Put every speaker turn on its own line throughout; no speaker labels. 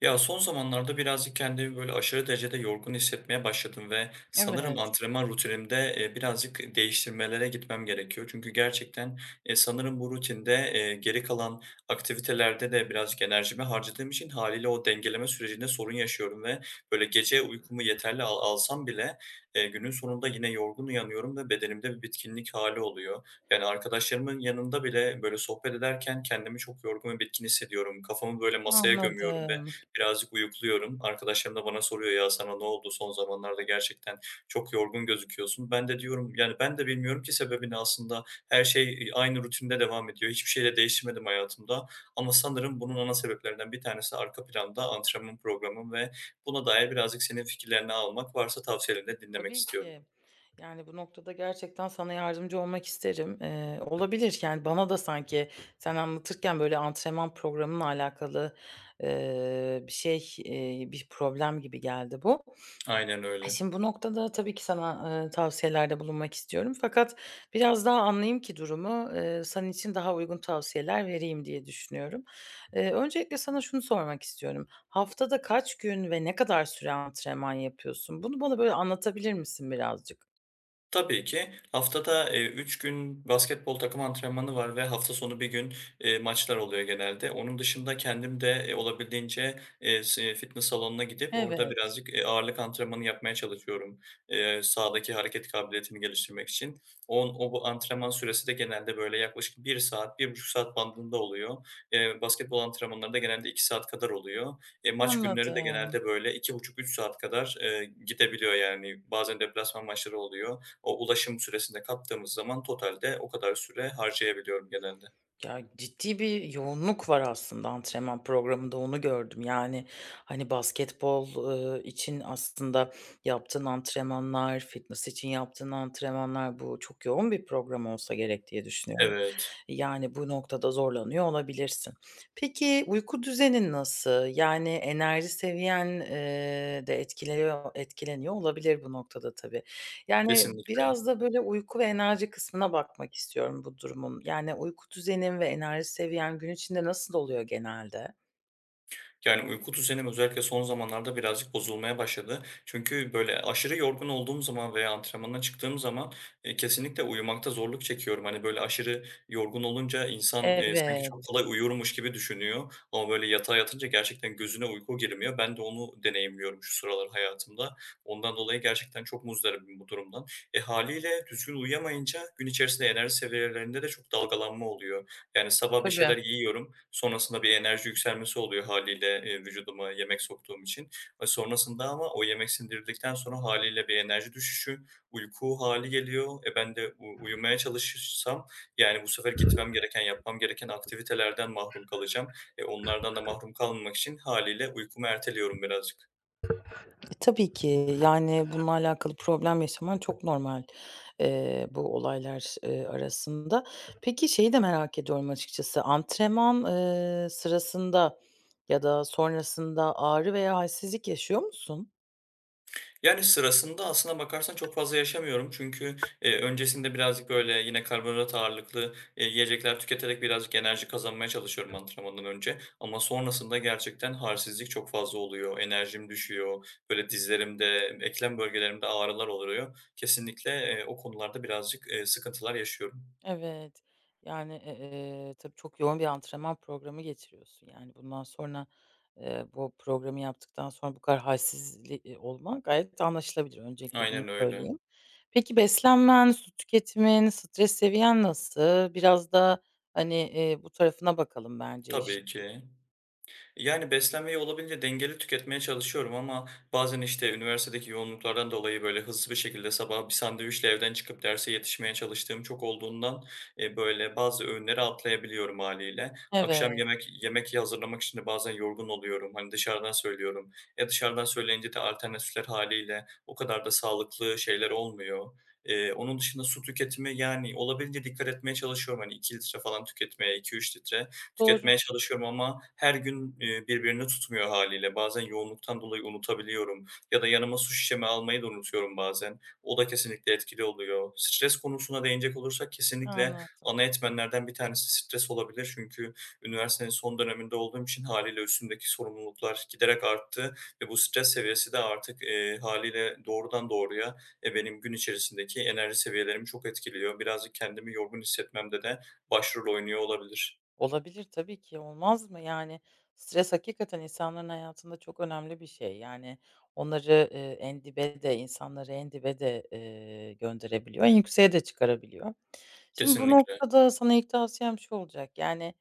Ya, son zamanlarda birazcık kendimi, böyle, aşırı derecede yorgun hissetmeye başladım ve sanırım
Evet,
antrenman rutinimde, birazcık değiştirmelere gitmem gerekiyor. Çünkü gerçekten, sanırım bu rutinde, geri kalan aktivitelerde de birazcık enerjimi harcadığım için hâliyle o dengeleme sürecinde sorun yaşıyorum ve, böyle, gece uykumu yeterli alsam bile, günün sonunda yine yorgun uyanıyorum ve bedenimde bir bitkinlik hali oluyor. Yani, arkadaşlarımın yanında bile, böyle, sohbet ederken kendimi çok yorgun ve bitkin hissediyorum. Kafamı, böyle, masaya gömüyorum ve
anladım.
birazcık uyukluyorum. Arkadaşlarım da bana soruyor, "Ya, sana ne oldu? Son zamanlarda gerçekten çok yorgun gözüküyorsun." Ben de diyorum, yani, ben de bilmiyorum ki sebebini aslında. Her şey, aynı rutinde devam ediyor. Hiçbir şey de değiştirmedim hayatımda ama sanırım bunun ana sebeplerinden bir tanesi arka planda antrenman programım ve buna dair birazcık senin fikirlerini almak, varsa tavsiyelerini de dinlemek
Tabii
istiyorum.
ki. Yani, bu noktada gerçekten sana yardımcı olmak isterim. Olabilir, yani, bana da sanki sen anlatırken, böyle, antrenman programınla alakalı, bir problem gibi geldi bu.
Aynen öyle.
Şimdi bu noktada tabii ki sana, tavsiyelerde bulunmak istiyorum fakat biraz daha anlayayım ki durumu, senin için daha uygun tavsiyeler vereyim diye düşünüyorum. Öncelikle sana şunu sormak istiyorum. Haftada kaç gün ve ne kadar süre antrenman yapıyorsun? Bunu bana böyle anlatabilir misin birazcık?
Tabii ki. Haftada, 3 gün basketbol takım antrenmanı var ve hafta sonu bir gün, maçlar oluyor genelde. Onun dışında kendim de, olabildiğince, fitness salonuna gidip orada
Evet.
birazcık, ağırlık antrenmanı yapmaya çalışıyorum, sağdaki hareket kabiliyetimi geliştirmek için. On o bu antrenman süresi de genelde böyle yaklaşık bir saat, bir buçuk saat bandında oluyor. Basketbol antrenmanları da genelde 2 saat kadar oluyor. Maç günleri de
Anladım.
genelde böyle 2,5-3 saat kadar, gidebiliyor yani. Bazen deplasman maçları oluyor. O ulaşım süresinde kattığımız zaman totalde o kadar süre harcayabiliyorum genelde.
Ya, ciddi bir yoğunluk var aslında antrenman programında, onu gördüm. Yani, hani, basketbol, için aslında yaptığın antrenmanlar, fitness için yaptığın antrenmanlar, bu çok yoğun bir program olsa gerek diye düşünüyorum.
Evet,
Yani, bu noktada zorlanıyor olabilirsin. Peki, uyku düzenin nasıl? Yani, enerji seviyen, de etkileniyor olabilir bu noktada tabii. Yani,
kesinlikle.
biraz da, böyle, uyku ve enerji kısmına bakmak istiyorum bu durumun. Yani, uyku düzenin ve enerji seviyen gün içinde nasıl oluyor genelde?
Yani, uyku düzenim özellikle son zamanlarda birazcık bozulmaya başladı. Çünkü, böyle, aşırı yorgun olduğum zaman veya antrenmana çıktığım zaman, kesinlikle uyumakta zorluk çekiyorum. Hani, böyle, aşırı yorgun olunca insan, sanki
Evet,
çok kolay uyurmuş gibi düşünüyor ama, böyle, yatağa yatınca gerçekten gözüne uyku girmiyor. Ben de onu deneyimliyorum şu sıralar hayatımda. Ondan dolayı gerçekten çok muzdaribim bu durumdan. Haliyle düzgün uyuyamayınca gün içerisinde enerji seviyelerinde de çok dalgalanma oluyor. Yani sabah bir
tabii.
şeyler yiyorum, sonrasında bir enerji yükselmesi oluyor hâliyle, vücuduma yemek soktuğum için. Sonrasında ama o yemek sindirildikten sonra hâliyle bir enerji düşüşü, uyku hâli geliyor. Ben de uyumaya çalışırsam, yani, bu sefer gitmem gereken, yapmam gereken aktivitelerden mahrum kalacağım. Onlardan da mahrum kalmamak için hâliyle uykumu erteliyorum birazcık.
Tabii ki, yani, bununla alakalı problem yaşaman çok normal, bu olaylar, arasında. Peki şeyi de merak ediyorum açıkçası, antrenman, sırasında ya da sonrasında ağrı veya halsizlik yaşıyor musun?
Yani, sırasında aslına bakarsan çok fazla yaşamıyorum çünkü, öncesinde birazcık, böyle, yine karbonhidrat ağırlıklı, yiyecekler tüketerek birazcık enerji kazanmaya çalışıyorum antrenmandan önce ama sonrasında gerçekten halsizlik çok fazla oluyor, enerjim düşüyor, böyle, dizlerimde, eklem bölgelerimde ağrılar oluyor. Kesinlikle, o konularda birazcık, sıkıntılar yaşıyorum.
Evet. Yani, tabii çok yoğun bir antrenman programı geçiriyorsun. Yani, bundan sonra, bu programı yaptıktan sonra bu kadar hâlsizli olman gayet anlaşılabilir. Öncelikle bunu
Aynen öyle.
söyleyeyim. Peki beslenmen, su tüketimin, stres seviyen nasıl? Biraz da, hani, bu tarafına bakalım bence
Tabii
işin.
ki. Yani, beslenmeyi olabildiğince dengeli tüketmeye çalışıyorum ama bazen, işte, üniversitedeki yoğunluklardan dolayı, böyle, hızlı bir şekilde sabah bir sandviçle evden çıkıp derse yetişmeye çalıştığım çok olduğundan, böyle, bazı öğünleri atlayabiliyorum haliyle. Akşam
Evet,
yemek hazırlamak için de bazen yorgun oluyorum. Hani, dışarıdan söylüyorum. Dışarıdan söyleyince de alternatifler haliyle o kadar da sağlıklı şeyler olmuyor. Onun dışında su tüketimi, yani, olabildiğince dikkat etmeye çalışıyorum. Hani, 2 litre falan tüketmeye, 2-3 litre
doğru.
tüketmeye çalışıyorum ama her gün, birbirini tutmuyor haliyle. Bazen yoğunluktan dolayı unutabiliyorum ya da yanıma su şişemi almayı da unutuyorum bazen. O da kesinlikle etkili oluyor. Stres konusuna değinecek olursak kesinlikle
Anladım.
ana etmenlerden bir tanesi stres olabilir. Çünkü üniversitenin son döneminde olduğum için haliyle üstümdeki sorumluluklar giderek arttı ve bu stres seviyesi de artık, hâliyle doğrudan doğruya, benim gün içerisindeki enerji seviyelerimi çok etkiliyor. Birazcık kendimi yorgun hissetmemde de başrol oynuyor olabilir.
Olabilir tabii ki, olmaz mı? Yani, stres hakikaten insanların hayatında çok önemli bir şey. Yani, onları, en dibe de, insanları en dibe de, gönderebiliyor, en yükseğe de çıkarabiliyor. Şimdi bu
Kesinlikle.
noktada sana ilk tavsiyem şu olacak: yani,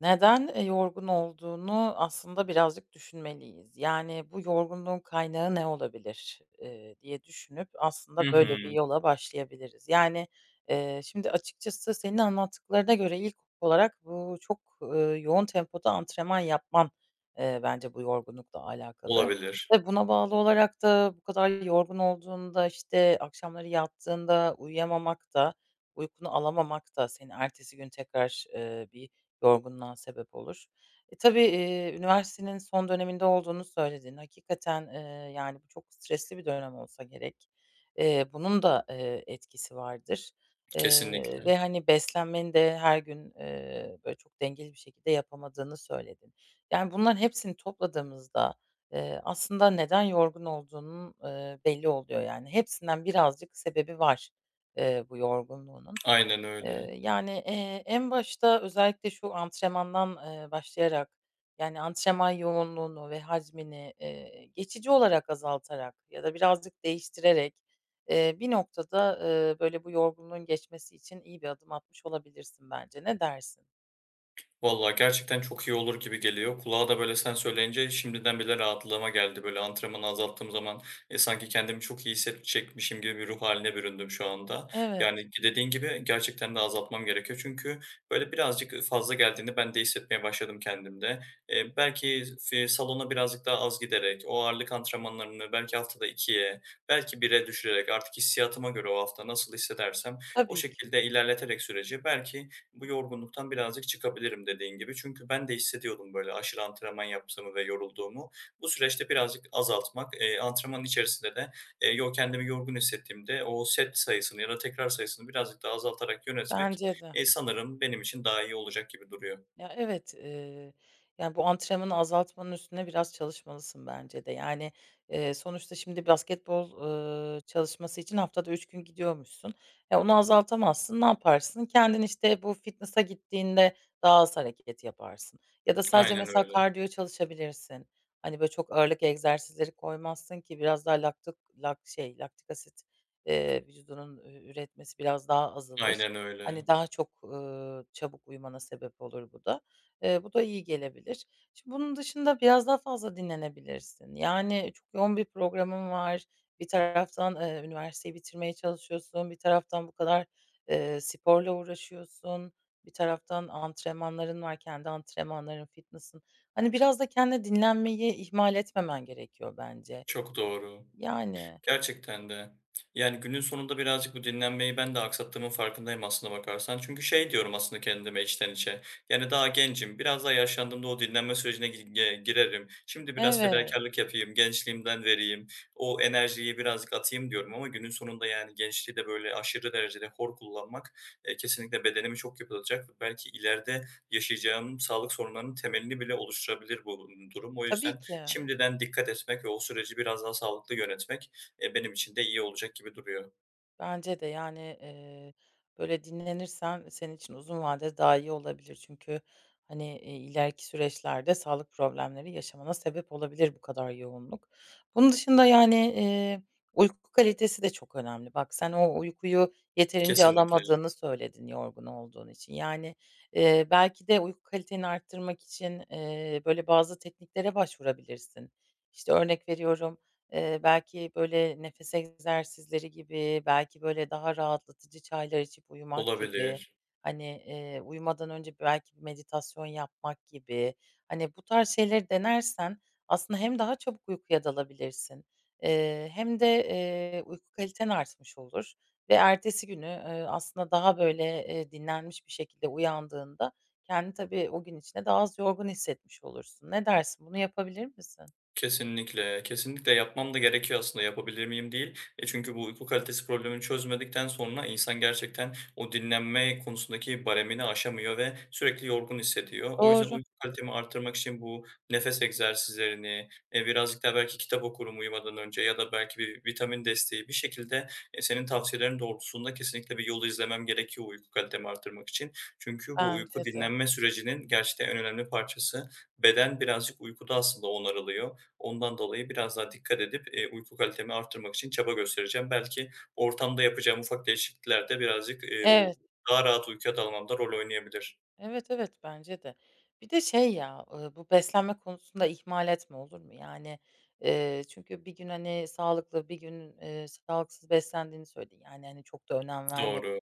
neden, yorgun olduğunu aslında birazcık düşünmeliyiz. Yani, bu yorgunluğun kaynağı ne olabilir, diye düşünüp aslında
Hı hı.
böyle bir yola başlayabiliriz. Yani, şimdi açıkçası senin anlattıklarına göre ilk olarak bu çok, yoğun tempoda antrenman yapman, bence bu yorgunlukla alakalı
Olabilir.
ve buna bağlı olarak da bu kadar yorgun olduğunda, işte, akşamları yattığında uyuyamamak da, uykunu alamamak da seni ertesi gün tekrar, bir yorgunluğa sebep olur. Tabii, üniversitenin son döneminde olduğunu söyledin. Hakikaten, yani, bu çok stresli bir dönem olsa gerek. Bunun da, etkisi vardır,
Kesinlikle.
ve, hani, beslenmeni de her gün, böyle, çok dengeli bir şekilde yapamadığını söyledin. Yani, bunların hepsini topladığımızda, aslında neden yorgun olduğunun, belli oluyor, yani. Hepsinden birazcık sebebi var, bu yorgunluğunun.
Aynen öyle.
Yani, en başta özellikle şu antrenmandan, başlayarak, yani, antrenman yoğunluğunu ve hacmini, geçici olarak azaltarak ya da birazcık değiştirerek, bir noktada, böyle, bu yorgunluğun geçmesi için iyi bir adım atmış olabilirsin bence. Ne dersin?
Vallahi gerçekten çok iyi olur gibi geliyor. Kulağa da böyle sen söyleyince şimdiden bile rahatlığıma geldi. Böyle antrenmanı azalttığım zaman sanki kendimi çok iyi hissedecekmişim gibi bir ruh hâline büründüm şu anda.
Evet,
Yani dediğin gibi gerçekten de azaltmam gerekiyor. Çünkü böyle birazcık fazla geldiğini ben de hissetmeye başladım kendimde. Belki salona birazcık daha az giderek, o ağırlık antrenmanlarını belki haftada 2'ye belki 1'e düşürerek artık hissiyatıma göre o hafta nasıl hissedersem o
tabii ki.
şekilde ilerleterek süreci belki bu yorgunluktan birazcık çıkabilirim dediğin gibi. Çünkü ben de hissediyordum böyle aşırı antrenman yaptığımı ve yorulduğumu. Bu süreçte birazcık azaltmak, antrenmanın içerisinde de, yo kendimi yorgun hissettiğimde o set sayısını ya da tekrar sayısını birazcık daha azaltarak yönetmek,
Bence de.
sanırım benim için daha iyi olacak gibi duruyor.
Ya, evet, yani, bu antrenmanı azaltmanın üstüne biraz çalışmalısın bence de. Yani, sonuçta şimdi basketbol, çalışması için haftada 3 gün gidiyormuşsun. Onu azaltamazsın. Ne yaparsın? Kendin, işte, bu fitness'a gittiğinde daha az hareket yaparsın ya da sadece
Aynen
mesela
öyle.
kardiyo çalışabilirsin. Hani, böyle, çok ağırlık egzersizleri koymazsın ki biraz daha laktik asit, vücudunun üretmesi biraz daha azalır.
Aynen
Hani,
öyle.
daha çok, çabuk uyumana sebep olur bu da. Bu da iyi gelebilir. Şimdi bunun dışında biraz daha fazla dinlenebilirsin. Yani, çok yoğun bir programın var. Bir taraftan, üniversiteyi bitirmeye çalışıyorsun. Bir taraftan bu kadar, sporla uğraşıyorsun. Bir taraftan antrenmanların var, kendi antrenmanların, fitness'ın. Hani, biraz da kendine dinlenmeyi ihmal etmemen gerekiyor bence.
Çok doğru.
Yani.
Gerçekten de. Yani, günün sonunda birazcık bu dinlenmeyi ben de aksattığımın farkındayım aslına bakarsan. Çünkü şey diyorum aslında kendime içten içe, yani, daha gencim, biraz daha yaşlandığımda o dinlenme sürecine gi ge girerim. Şimdi biraz
Evet,
fedakarlık yapayım, gençliğimden vereyim, o enerjiyi birazcık atayım diyorum ama günün sonunda, yani, gençliği de böyle aşırı derecede hor kullanmak, kesinlikle bedenimi çok yıpratacak belki ileride yaşayacağım sağlık sorunlarının temelini bile oluşturabilir bu durum. O
tabii
yüzden
ki.
şimdiden dikkat etmek ve o süreci biraz daha sağlıklı yönetmek benim için de iyi olacak gibi duruyor.
Bence de, yani, böyle dinlenirsen senin için uzun vadede daha iyi olabilir. Çünkü, hani, ileriki süreçlerde sağlık problemleri yaşamana sebep olabilir bu kadar yoğunluk. Bunun dışında, yani, uyku kalitesi de çok önemli. Bak, sen o uykuyu yeterince
Kesinlikle.
alamadığını söyledin yorgun olduğun için. Yani, belki de uyku kaliteni arttırmak için, böyle bazı tekniklere başvurabilirsin. İşte, örnek veriyorum, belki, böyle, nefes egzersizleri gibi, belki, böyle, daha rahatlatıcı çaylar içip uyumak gibi,
Olabilir.
hani, uyumadan önce belki bir meditasyon yapmak gibi, hani, bu tarz şeyleri denersen aslında hem daha çabuk uykuya dalabilirsin, hem de, uyku kaliten artmış olur ve ertesi günü, aslında daha, böyle, dinlenmiş bir şekilde uyandığında kendi tabii o gün içinde daha az yorgun hissetmiş olursun. Ne dersin? Bunu yapabilir misin?
Kesinlikle, kesinlikle yapmam da gerekiyor aslında, yapabilir miyim değil. Çünkü bu uyku kalitesi problemini çözmedikten sonra insan gerçekten o dinlenme konusundaki baremini aşamıyor ve sürekli yorgun hissediyor. O yüzden
Doğru.
uyku kalitemi arttırmak için bu nefes egzersizlerini, birazcık daha belki kitap okurum uyumadan önce ya da belki bir vitamin desteği bir şekilde, senin tavsiyelerin doğrultusunda kesinlikle bir yolu izlemem gerekiyor uyku kalitemi arttırmak için. Çünkü bu
Bence
uyku
de.
dinlenme sürecinin gerçekten en önemli parçası. Beden birazcık uykuda aslında onarılıyor. Ondan dolayı biraz daha dikkat edip, uyku kalitemi arttırmak için çaba göstereceğim. Belki ortamda yapacağım ufak değişiklikler de birazcık, o
Evet,
daha rahat uykuya dalmamda rol oynayabilir.
evet, evet, bence de. Bir de şey ya, bu beslenme konusunda ihmal etme, olur mu? Yani, çünkü bir gün, hani, sağlıklı, bir gün, sağlıksız beslendiğini söyledi. Yani, hani, çok da önem verme.
Doğru,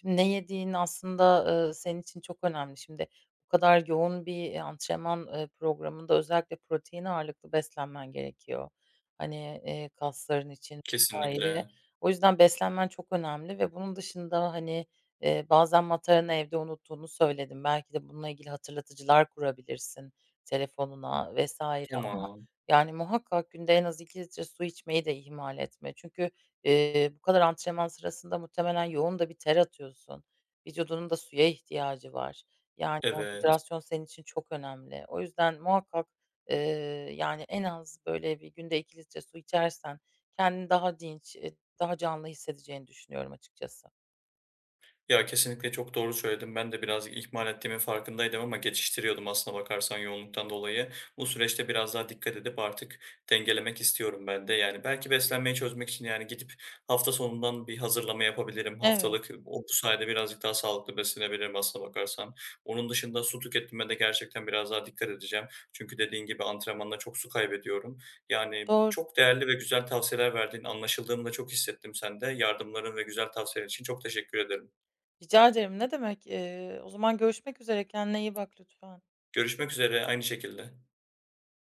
Şimdi ne yediğin aslında, senin için çok önemli. Şimdi bu kadar yoğun bir, antrenman, programında özellikle protein ağırlıklı beslenmen gerekiyor. Hani, kasların için vs.
kesinlikle.
O yüzden beslenmen çok önemli ve bunun dışında, hani, bazen mataranı evde unuttuğunu söyledim. Belki de bununla ilgili hatırlatıcılar kurabilirsin telefonuna vs. ama
Tamam,
yani muhakkak günde en az 2 litre su içmeyi de ihmal etme. Çünkü bu kadar antrenman sırasında muhtemelen yoğun da bir ter atıyorsun. Vücudunun da suya ihtiyacı var. Yani o
evet.
hidrasyon senin için çok önemli. O yüzden muhakkak, eee, yani en az böyle bir günde 2 litre su içersen kendini daha dinç, daha canlı hissedeceğini düşünüyorum açıkçası.
Ya, kesinlikle çok doğru söyledim. Ben de biraz ihmal ettiğimin farkındaydım ama geçiştiriyordum aslına bakarsan yoğunluktan dolayı. Bu süreçte biraz daha dikkat edip artık dengelemek istiyorum ben de. Yani, belki beslenmeyi çözmek için, yani, gidip hafta sonundan bir hazırlama yapabilirim haftalık.
Evet,
O bu sayede birazcık daha sağlıklı beslenebilirim aslına bakarsan. Onun dışında su tüketimime de gerçekten biraz daha dikkat edeceğim. Çünkü dediğin gibi antrenmanda çok su kaybediyorum. Yani,
doğru.
çok değerli ve güzel tavsiyeler verdiğin. Anlaşıldığımı da çok hissettim sende. Yardımların ve güzel tavsiyelerin için çok teşekkür ederim.
Rica ederim. Ne demek. O zaman görüşmek üzere. Kendine iyi bak lütfen.
Görüşmek üzere aynı şekilde.